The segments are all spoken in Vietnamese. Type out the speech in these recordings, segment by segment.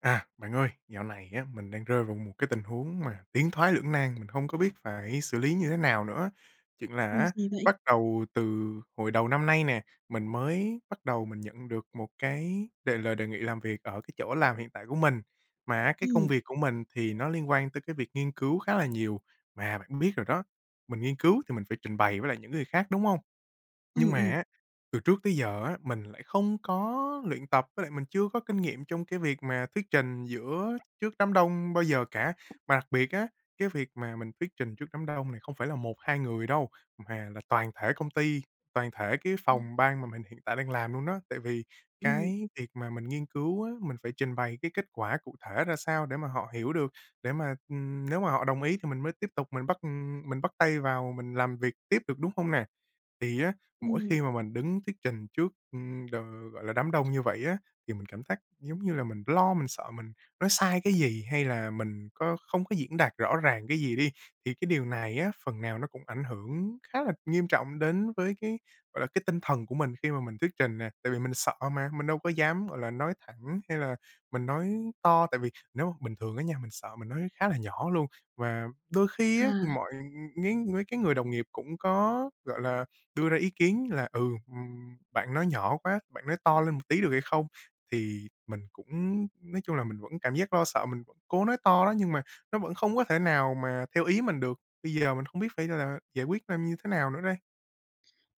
À, bạn ơi, dạo này á, mình đang rơi vào một cái tình huống mà tiến thoái lưỡng nan, mình không có biết phải xử lý như thế nào nữa. Chuyện là Ôi, á, gì vậy? bắt đầu từ hồi đầu năm nay nè, mình mới bắt đầu mình nhận được một cái lời đề nghị làm việc ở cái chỗ làm hiện tại của mình. Mà cái công Ừm, việc của mình thì nó liên quan tới cái việc nghiên cứu khá là nhiều, mà bạn biết rồi đó, mình nghiên cứu thì mình phải trình bày với lại những người khác, đúng không? Nhưng ừ mà ừ. á, từ trước tới giờ á, mình lại không có luyện tập, với lại mình chưa có kinh nghiệm trong cái việc mà thuyết trình giữa trước đám đông bao giờ cả. Mà đặc biệt á, cái việc mà mình thuyết trình trước đám đông này không phải là một 2 người đâu, mà là toàn thể công ty, toàn thể cái Ừm. phòng ban mà mình hiện tại đang làm luôn đó. Tại vì Ừm, cái việc mà mình nghiên cứu á, mình phải trình bày cái kết quả cụ thể ra sao để mà họ hiểu được, để mà, nếu mà họ đồng ý thì mình mới tiếp tục mình bắt tay vào mình làm việc tiếp được, đúng không nè? Thì á, mỗi ừm, khi mà mình đứng thuyết trình trước, đ gọi là, đám đông như vậy á, thì mình cảm giác giống như là mình lo, mình sợ mình nói sai cái gì hay là mình có không có diễn đạt rõ ràng cái gì đi. Thì cái điều này á, phần nào nó cũng ảnh hưởng khá là nghiêm trọng đến với cái, gọi là, cái tinh thần của mình khi mà mình thuyết trình nè, tại vì mình sợ mà, mình đâu có dám, gọi là, nói thẳng hay là mình nói to. Tại vì nếu mà bình thường á nha, mình sợ mình nói khá là nhỏ luôn, và đôi khi á, à. mọi mấy mấy cái người đồng nghiệp cũng có, gọi là đưa ra ý kiến là "Ừ, bạn nói nhỏ quá, bạn nói to lên một tí được hay không?" Thì mình cũng nói chung là mình vẫn cảm giác lo sợ, mình vẫn cố nói to đó, nhưng mà nó vẫn không có thể nào mà theo ý mình được. Bây giờ mình không biết phải là giải quyết làm như thế nào nữa đây?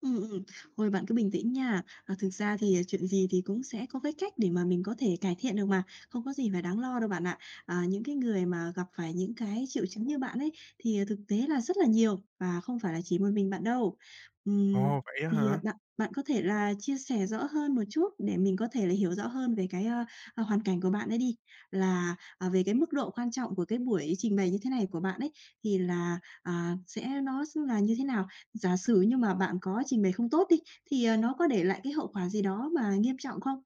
Ừm, ừm. Ôi, bạn cứ bình tĩnh nha. À, thực ra thì, chuyện gì thì cũng sẽ có cái cách để mà mình có thể cải thiện được mà, không có gì phải đáng lo đâu bạn ạ. À, những cái người mà gặp phải những cái triệu chứng như bạn ấy, thì, thực tế là rất là nhiều và không phải là chỉ một mình bạn đâu. Ừm, Ồ, vậy á thì, hả? bạn bạn có thể là chia sẻ rõ hơn một chút để mình có thể là hiểu rõ hơn về cái, hoàn cảnh của bạn ấy đi, là, về cái mức độ quan trọng của cái buổi trình bày như thế này của bạn ấy, thì là, sẽ nó là như thế nào? Giả sử nhưng mà bạn có trình bày không tốt đi, thì, nó có để lại cái hậu quả gì đó mà nghiêm trọng không?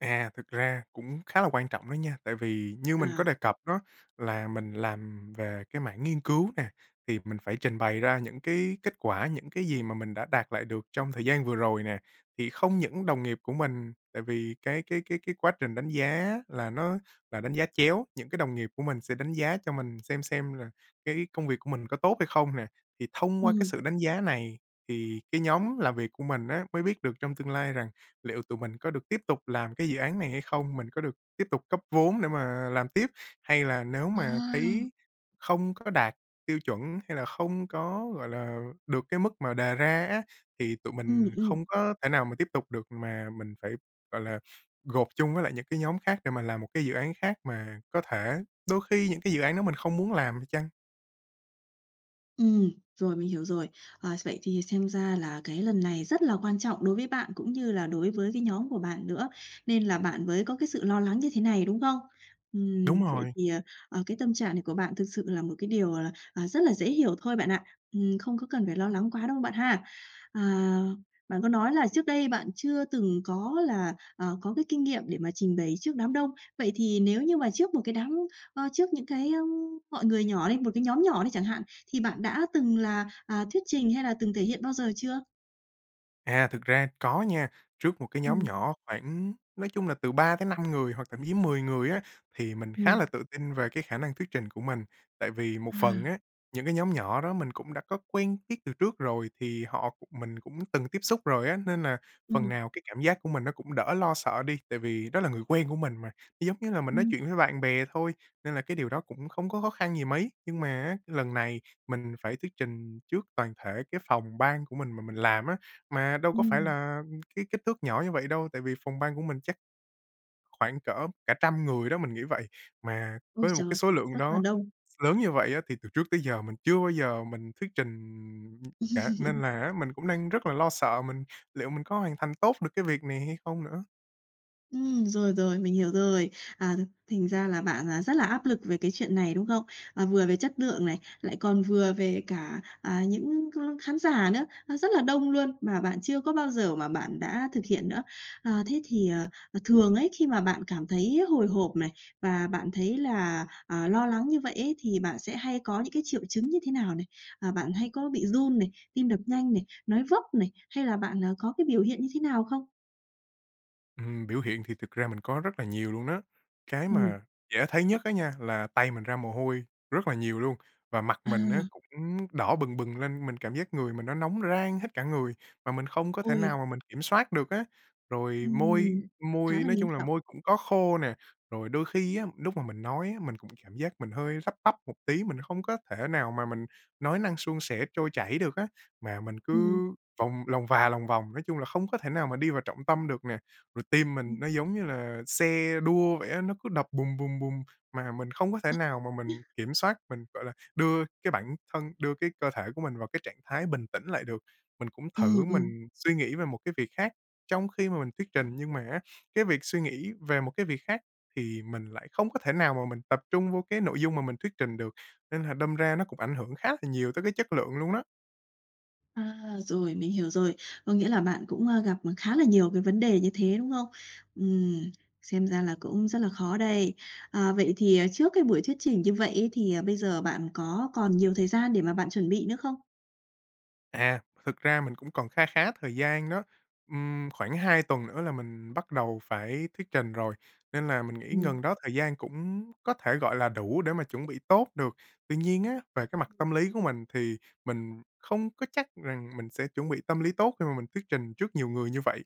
À, thực ra cũng khá là quan trọng đó nha, tại vì như mình À, có đề cập đó là mình làm về cái mảng nghiên cứu nè, thì mình phải trình bày ra những cái kết quả, những cái gì mà mình đã đạt lại được trong thời gian vừa rồi nè. Thì không những đồng nghiệp của mình, tại vì cái quá trình đánh giá là nó là đánh giá chéo, những cái đồng nghiệp của mình sẽ đánh giá cho mình xem là cái công việc của mình có tốt hay không nè. Thì thông qua cái ừm. sự đánh giá này thì cái nhóm làm việc của mình á, mới biết được trong tương lai rằng liệu tụi mình có được tiếp tục làm cái dự án này hay không? Mình có được tiếp tục cấp vốn để mà làm tiếp? Hay là nếu mà À! thấy không có đạt tiêu chuẩn hay là không có, gọi là, được cái mức mà đề ra á, thì tụi Ừm, mình ừm. không có thể nào mà tiếp tục được mà mình phải, gọi là, gộp chung với lại những cái nhóm khác để mà làm một cái dự án khác mà có thể đôi khi những cái dự án đó mình không muốn làm thì chăng? Ừm, rồi mình hiểu rồi. À, vậy thì xem ra là cái lần này rất là quan trọng đối với bạn cũng như là đối với cái nhóm của bạn nữa, nên là bạn mới có cái sự lo lắng như thế này, đúng không? Đúng Vậy rồi. thì, cái tâm trạng này của bạn thực sự là một cái điều, là rất là dễ hiểu thôi bạn ạ. Không có cần phải lo lắng quá đâu bạn ha. À, bạn có nói là trước đây bạn chưa từng có là, có cái kinh nghiệm để mà trình bày trước đám đông. Vậy thì nếu như mà trước một cái đám, trước những cái, mọi người nhỏ đi, một cái nhóm nhỏ đi chẳng hạn thì bạn đã từng là, thuyết trình hay là từng thể hiện bao giờ chưa? À, thực ra có nha. Trước một cái nhóm Ừm, nhỏ khoảng nói chung là từ 3 tới 5 người hoặc thậm chí 10 người á, thì mình khá là ừm. tự tin về cái khả năng thuyết trình của mình. Tại vì một phần á, À. những cái nhóm nhỏ đó mình cũng đã có quen biết từ trước rồi, thì họ cũng mình cũng từng tiếp xúc rồi á, nên là phần Ừm, nào cái cảm giác của mình nó cũng đỡ lo sợ đi, tại vì đó là người quen của mình mà, nó giống như là mình nói ừm, chuyện với bạn bè thôi, nên là cái điều đó cũng không có khó khăn gì mấy. Nhưng mà á, lần này mình phải thuyết trình trước toàn thể cái phòng ban của mình mà mình làm á, mà đâu có phải ừm. là cái kích thước nhỏ như vậy đâu, tại vì phòng ban của mình chắc khoảng cỡ cả trăm người đó, mình nghĩ vậy. Mà Ôi với một cái trời, số lượng rất là đó đông. lớn như vậy á, thì từ trước tới giờ mình chưa bao giờ mình thuyết trình cả, nên là á, mình cũng đang rất là lo sợ mình liệu mình có hoàn thành tốt được cái việc này hay không nữa. Rồi, rồi, mình hiểu rồi. À, thành ra là bạn, rất là áp lực về cái chuyện này, đúng không? À, vừa về chất lượng này, lại còn vừa về cả, những khán giả nữa, nó rất là đông luôn, mà bạn chưa có bao giờ mà bạn đã thực hiện nữa. À, thế thì, thường ấy, khi mà bạn cảm thấy hồi hộp này, và bạn thấy là, lo lắng như vậy ấy, thì bạn sẽ hay có những cái triệu chứng như thế nào này? À, bạn hay có bị run này, tim đập nhanh này, nói vấp này, hay là bạn, có cái biểu hiện như thế nào không? Biểu hiện thì thực ra mình có rất là nhiều luôn đó. Cái Ừ, mà dễ thấy nhất á nha, là tay mình ra mồ hôi rất là nhiều luôn, và mặt à, mình á cũng đỏ bừng bừng lên, mình cảm giác người mình nó nóng rang hết cả người, mà mình không có thể ôi. nào mà mình kiểm soát được á. Rồi môi Ừm, môi khá là nói nghiêm chung là trọng. môi cũng có khô nè, rồi đôi khi á, lúc mà mình nói á, mình cũng cảm giác mình hơi lắp bắp một tí, mình không có thể nào mà mình nói năng suôn sẻ, trôi chảy được á, mà mình cứ Ừm, vòng lòng và lòng vòng, nói chung là không có thể nào mà đi vào trọng tâm được nè. Rồi tim ừm, mình nó giống như là xe đua vậy á, nó cứ đập bùm, bùm, bùm, mà mình không có thể nào mà mình kiểm soát, mình, gọi là, đưa cái bản thân đưa cái cơ thể của mình vào cái trạng thái bình tĩnh lại được. Mình cũng ừm, thử ừm. mình suy nghĩ về một cái việc khác trong khi mà mình thuyết trình, nhưng mà á, cái việc suy nghĩ về một cái việc khác thì mình lại không có thể nào mà mình tập trung vô cái nội dung mà mình thuyết trình được, nên là đâm ra nó cũng ảnh hưởng khá là nhiều tới cái chất lượng luôn đó. À, rồi, mình hiểu rồi. Có nghĩa là bạn cũng, gặp, khá là nhiều cái vấn đề như thế, đúng không? Ừm, xem ra là cũng rất là khó đây. À, vậy thì, trước cái buổi thuyết trình như vậy ấy thì, bây giờ bạn có còn nhiều thời gian để mà bạn chuẩn bị nữa không? À, thực ra mình cũng còn kha khá thời gian đó, khoảng 2 tuần nữa là mình bắt đầu phải thuyết trình rồi, nên là mình nghĩ Ừm. gần đó thời gian cũng có thể, gọi là, đủ để mà chuẩn bị tốt được. Tuy nhiên á, về cái mặt tâm lý của mình thì mình không có chắc rằng mình sẽ chuẩn bị tâm lý tốt khi mà mình thuyết trình trước nhiều người như vậy.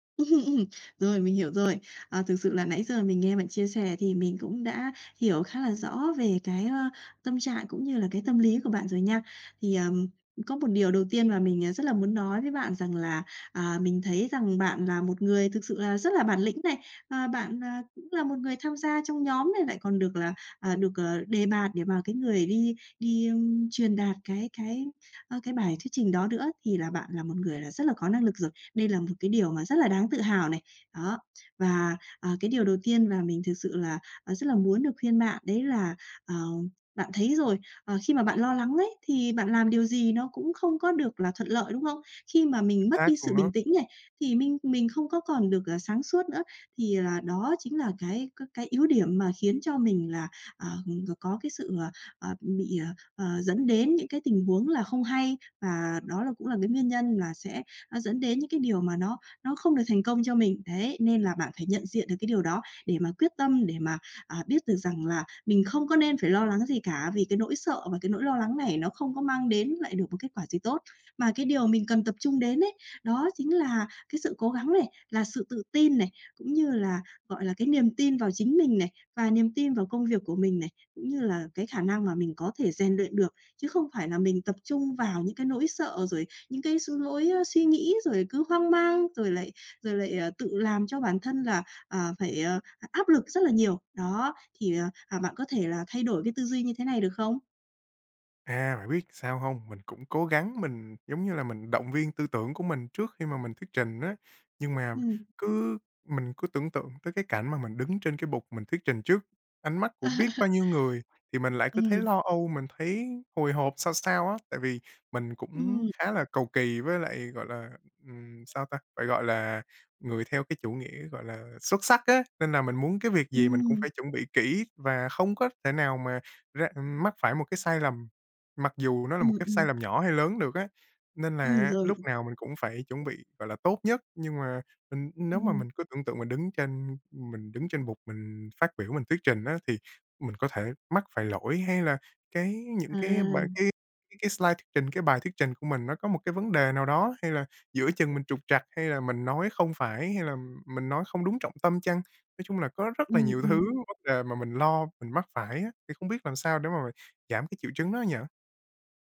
Ừm. Rồi, mình hiểu rồi. À, thực sự là nãy giờ mình nghe bạn chia sẻ thì mình cũng đã hiểu khá là rõ về cái, tâm trạng cũng như là cái tâm lý của bạn rồi nha. Thì, có một điều đầu tiên mà mình, rất là muốn nói với bạn rằng là, mình thấy rằng bạn là một người thực sự là rất là bản lĩnh này, bạn, cũng là một người tham gia trong nhóm này, lại còn được là, được, đề bạt để mà cái người đi đi, ưm, truyền đạt cái cái bài thuyết trình đó nữa, thì là bạn là một người là rất là có năng lực rồi. Đây là một cái điều mà rất là đáng tự hào này. Đó, và, cái điều đầu tiên và mình thực sự là, rất là muốn được khuyên bạn đấy là, ờ, bạn thấy rồi, khi mà bạn lo lắng đấy, thì bạn làm điều gì nó cũng không có được là thuận lợi, đúng không? Khi mà mình Chính mất xác đi sự luôn đó. bình tĩnh này, thì mình không có còn được, sáng suốt nữa, thì là đó chính là cái cái yếu điểm mà khiến cho mình là, à, có cái sự, ờ, bị, ờ, dẫn đến những cái tình huống là không hay, và đó là cũng là cái nguyên nhân là sẽ nó dẫn đến những cái điều mà nó không được thành công cho mình. Đấy, nên là bạn phải nhận diện được cái điều đó để mà quyết tâm, để mà, biết được rằng là mình không có nên phải lo lắng gì cả, vì cái nỗi sợ và cái nỗi lo lắng này nó không có mang đến lại được một kết quả gì tốt. Mà cái điều mình cần tập trung đến ấy, đó chính là cái sự cố gắng này, là sự tự tin này, cũng như là, gọi là, cái niềm tin vào chính mình này, và niềm tin vào công việc của mình này, cũng như là cái khả năng mà mình có thể rèn luyện được, chứ không phải là mình tập trung vào những cái nỗi sợ rồi những cái lối, suy nghĩ rồi cứ hoang mang, rồi lại, tự làm cho bản thân là, phải, áp lực rất là nhiều. Đó, thì, bạn có thể là thay đổi cái tư duy như thế này được không? À, bạn biết sao không? Mình cũng cố gắng mình, giống như là, mình động viên tư tưởng của mình trước khi mà mình thuyết trình á, nhưng mà Ừm, cứ mình cứ tưởng tượng tới cái cảnh mà mình đứng trên cái bục mình thuyết trình trước ánh mắt của biết bao nhiêu người, thì mình lại cứ thấy ừm, lo âu, mình thấy hồi hộp sao sao á. Tại vì mình cũng ừm, khá là cầu kỳ với lại, gọi là, sao ta, phải gọi là người theo cái chủ nghĩa, gọi là, xuất sắc á, nên là mình muốn cái việc gì mình cũng ừm, phải chuẩn bị kỹ và không có thể nào mà ra mắc phải một cái sai lầm. Mặc dù nó là một ừm, cái ừm, sai lầm nhỏ hay lớn được á, nên là á rồi, lúc nào mình cũng phải chuẩn bị, gọi là, tốt nhất, nhưng mà nếu mà ừm, mình cứ tưởng tượng mình đứng trên bục mình phát biểu, mình thuyết trình á, thì mình có thể mắc phải lỗi hay là cái những à, cái bài cái cái slide thuyết trình, cái bài thuyết trình của mình nó có một cái vấn đề nào đó, hay là giữa chừng mình trục trặc, hay là mình nói không phải, hay là mình nói không đúng trọng tâm chăng? Nói chung là có rất là nhiều thứ ừm. vấn đề mà mình lo mình mắc phải á, thì không biết làm sao để mà giảm cái triệu chứng đó nhỉ?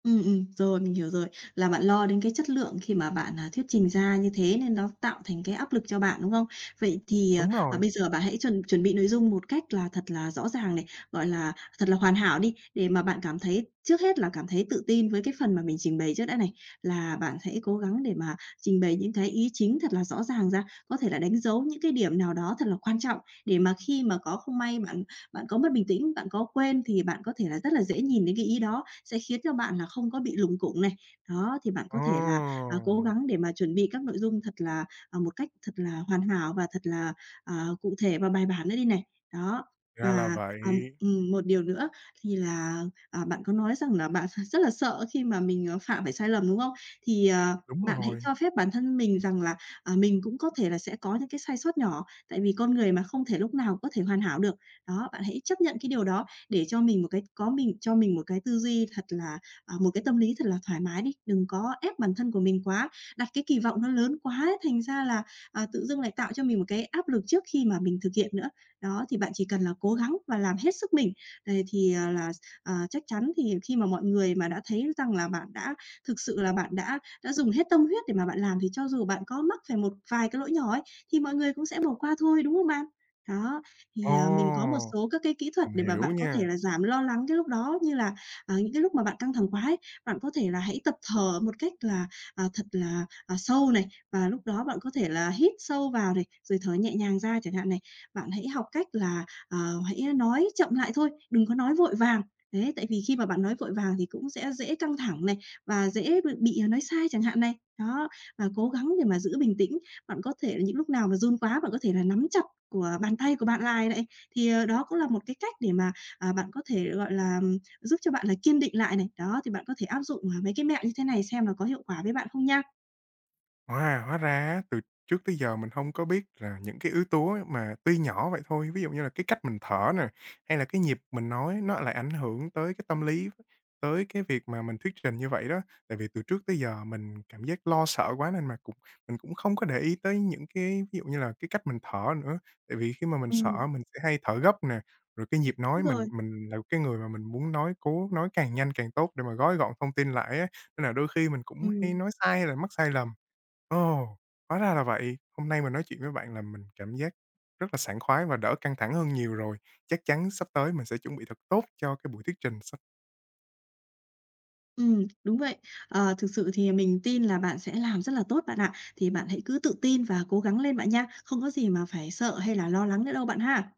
Ừ rồi, mình hiểu rồi, là bạn lo đến cái chất lượng khi mà bạn, thuyết trình ra như thế nên nó tạo thành cái áp lực cho bạn, đúng không? Vậy thì, Đúng rồi. bây giờ bạn hãy chuẩn chuẩn bị nội dung một cách là thật là rõ ràng này, gọi là, thật là hoàn hảo đi, để mà bạn cảm thấy trước hết là cảm thấy tự tin với cái phần mà mình trình bày trước đã này, là bạn hãy cố gắng để mà trình bày những cái ý chính thật là rõ ràng ra, có thể là đánh dấu những cái điểm nào đó thật là quan trọng để mà khi mà có không may bạn bạn có mất bình tĩnh, bạn có quên thì bạn có thể là rất là dễ nhìn đến cái ý đó, sẽ khiến cho bạn là không có bị lủng củng này. Đó, thì bạn Ờ, có thể là, cố gắng để mà chuẩn bị các nội dung thật là, một cách thật là hoàn hảo và thật là, cụ thể và bài bản nữa đi này. Đó, ra là và, vậy, một điều nữa thì là, bạn có nói rằng là bạn rất là sợ khi mà mình, phạm phải sai lầm, đúng không? Thì, đúng bạn hãy rồi. cho phép bản thân mình rằng là, mình cũng có thể là sẽ có những cái sai sót nhỏ, tại vì con người mà không thể lúc nào có thể hoàn hảo được. Đó, bạn hãy chấp nhận cái điều đó để cho mình một cái có mình cho mình một cái tư duy thật là một cái tâm lý thật là thoải mái đi, đừng có ép bản thân của mình quá, đặt cái kỳ vọng nó lớn quá ấy, thành ra là, tự dưng lại tạo cho mình một cái áp lực trước khi mà mình thực hiện nữa. Đó, thì bạn chỉ cần là cố gắng và làm hết sức mình, đề thì, chắc chắn thì khi mà mọi người mà đã thấy rằng là bạn đã thực sự là bạn đã dùng hết tâm huyết để mà bạn làm thì cho dù bạn có mắc phải một vài cái lỗi nhỏ ấy, thì mọi người cũng sẽ bỏ qua thôi, đúng không bạn? Đó, thì, mình có một Ồ, số các cái kỹ thuật mình để mà hiểu bạn có nha. thể là giảm lo lắng cái lúc đó, như là, những cái lúc mà bạn căng thẳng quá ấy, bạn có thể là hãy tập thở một cách là, thật là, sâu này, và lúc đó bạn có thể là hít sâu vào này, rồi thở nhẹ nhàng ra chẳng hạn này. Bạn hãy học cách là, hãy nói chậm lại thôi, đừng có nói vội vàng. Đấy, tại vì khi mà bạn nói vội vàng thì cũng sẽ dễ căng thẳng này, và dễ bị nói sai chẳng hạn này. Đó, và cố gắng để mà giữ bình tĩnh. Bạn có thể là những lúc nào mà run quá, bạn có thể là nắm chặt của bàn tay của bạn lại này, thì, đó cũng là một cái cách để mà, bạn có thể, gọi là, giúp cho bạn là kiên định lại này. Đó, thì bạn có thể áp dụng, mấy cái mẹo như thế này xem là có hiệu quả với bạn không nha. Wow! Hóa ra á, từ trước tới giờ mình không có biết là những cái yếu tố mà tuy nhỏ vậy thôi, ví dụ như là cái cách mình thở nè, hay là cái nhịp mình nói nó lại ảnh hưởng tới cái tâm lý, tới cái việc mà mình thuyết trình như vậy đó. Tại vì từ trước tới giờ mình cảm giác lo sợ quá nên mà cũng mình cũng không có để ý tới những cái ví dụ như là cái cách mình thở nữa. Tại vì khi mà mình Ừm, sợ mình sẽ hay thở gấp nè, rồi cái nhịp nói đúng rồi, mình là cái người mà mình muốn cố nói càng nhanh càng tốt để mà gói gọn thông tin lại á, nên là đôi khi mình cũng hay ừm. nói sai hay là mắc sai lầm. Ồ, hóa ra là vậy. Hôm nay mình nói chuyện với bạn là mình cảm giác rất là sảng khoái và đỡ căng thẳng hơn nhiều rồi. Chắc chắn sắp tới mình sẽ chuẩn bị thật tốt cho cái buổi thuyết trình sắp đúng vậy. Ờ, thực sự thì mình tin là bạn sẽ làm rất là tốt bạn ạ. Thì bạn hãy cứ tự tin và cố gắng lên bạn nha, không có gì mà phải sợ hay là lo lắng nữa đâu bạn ha.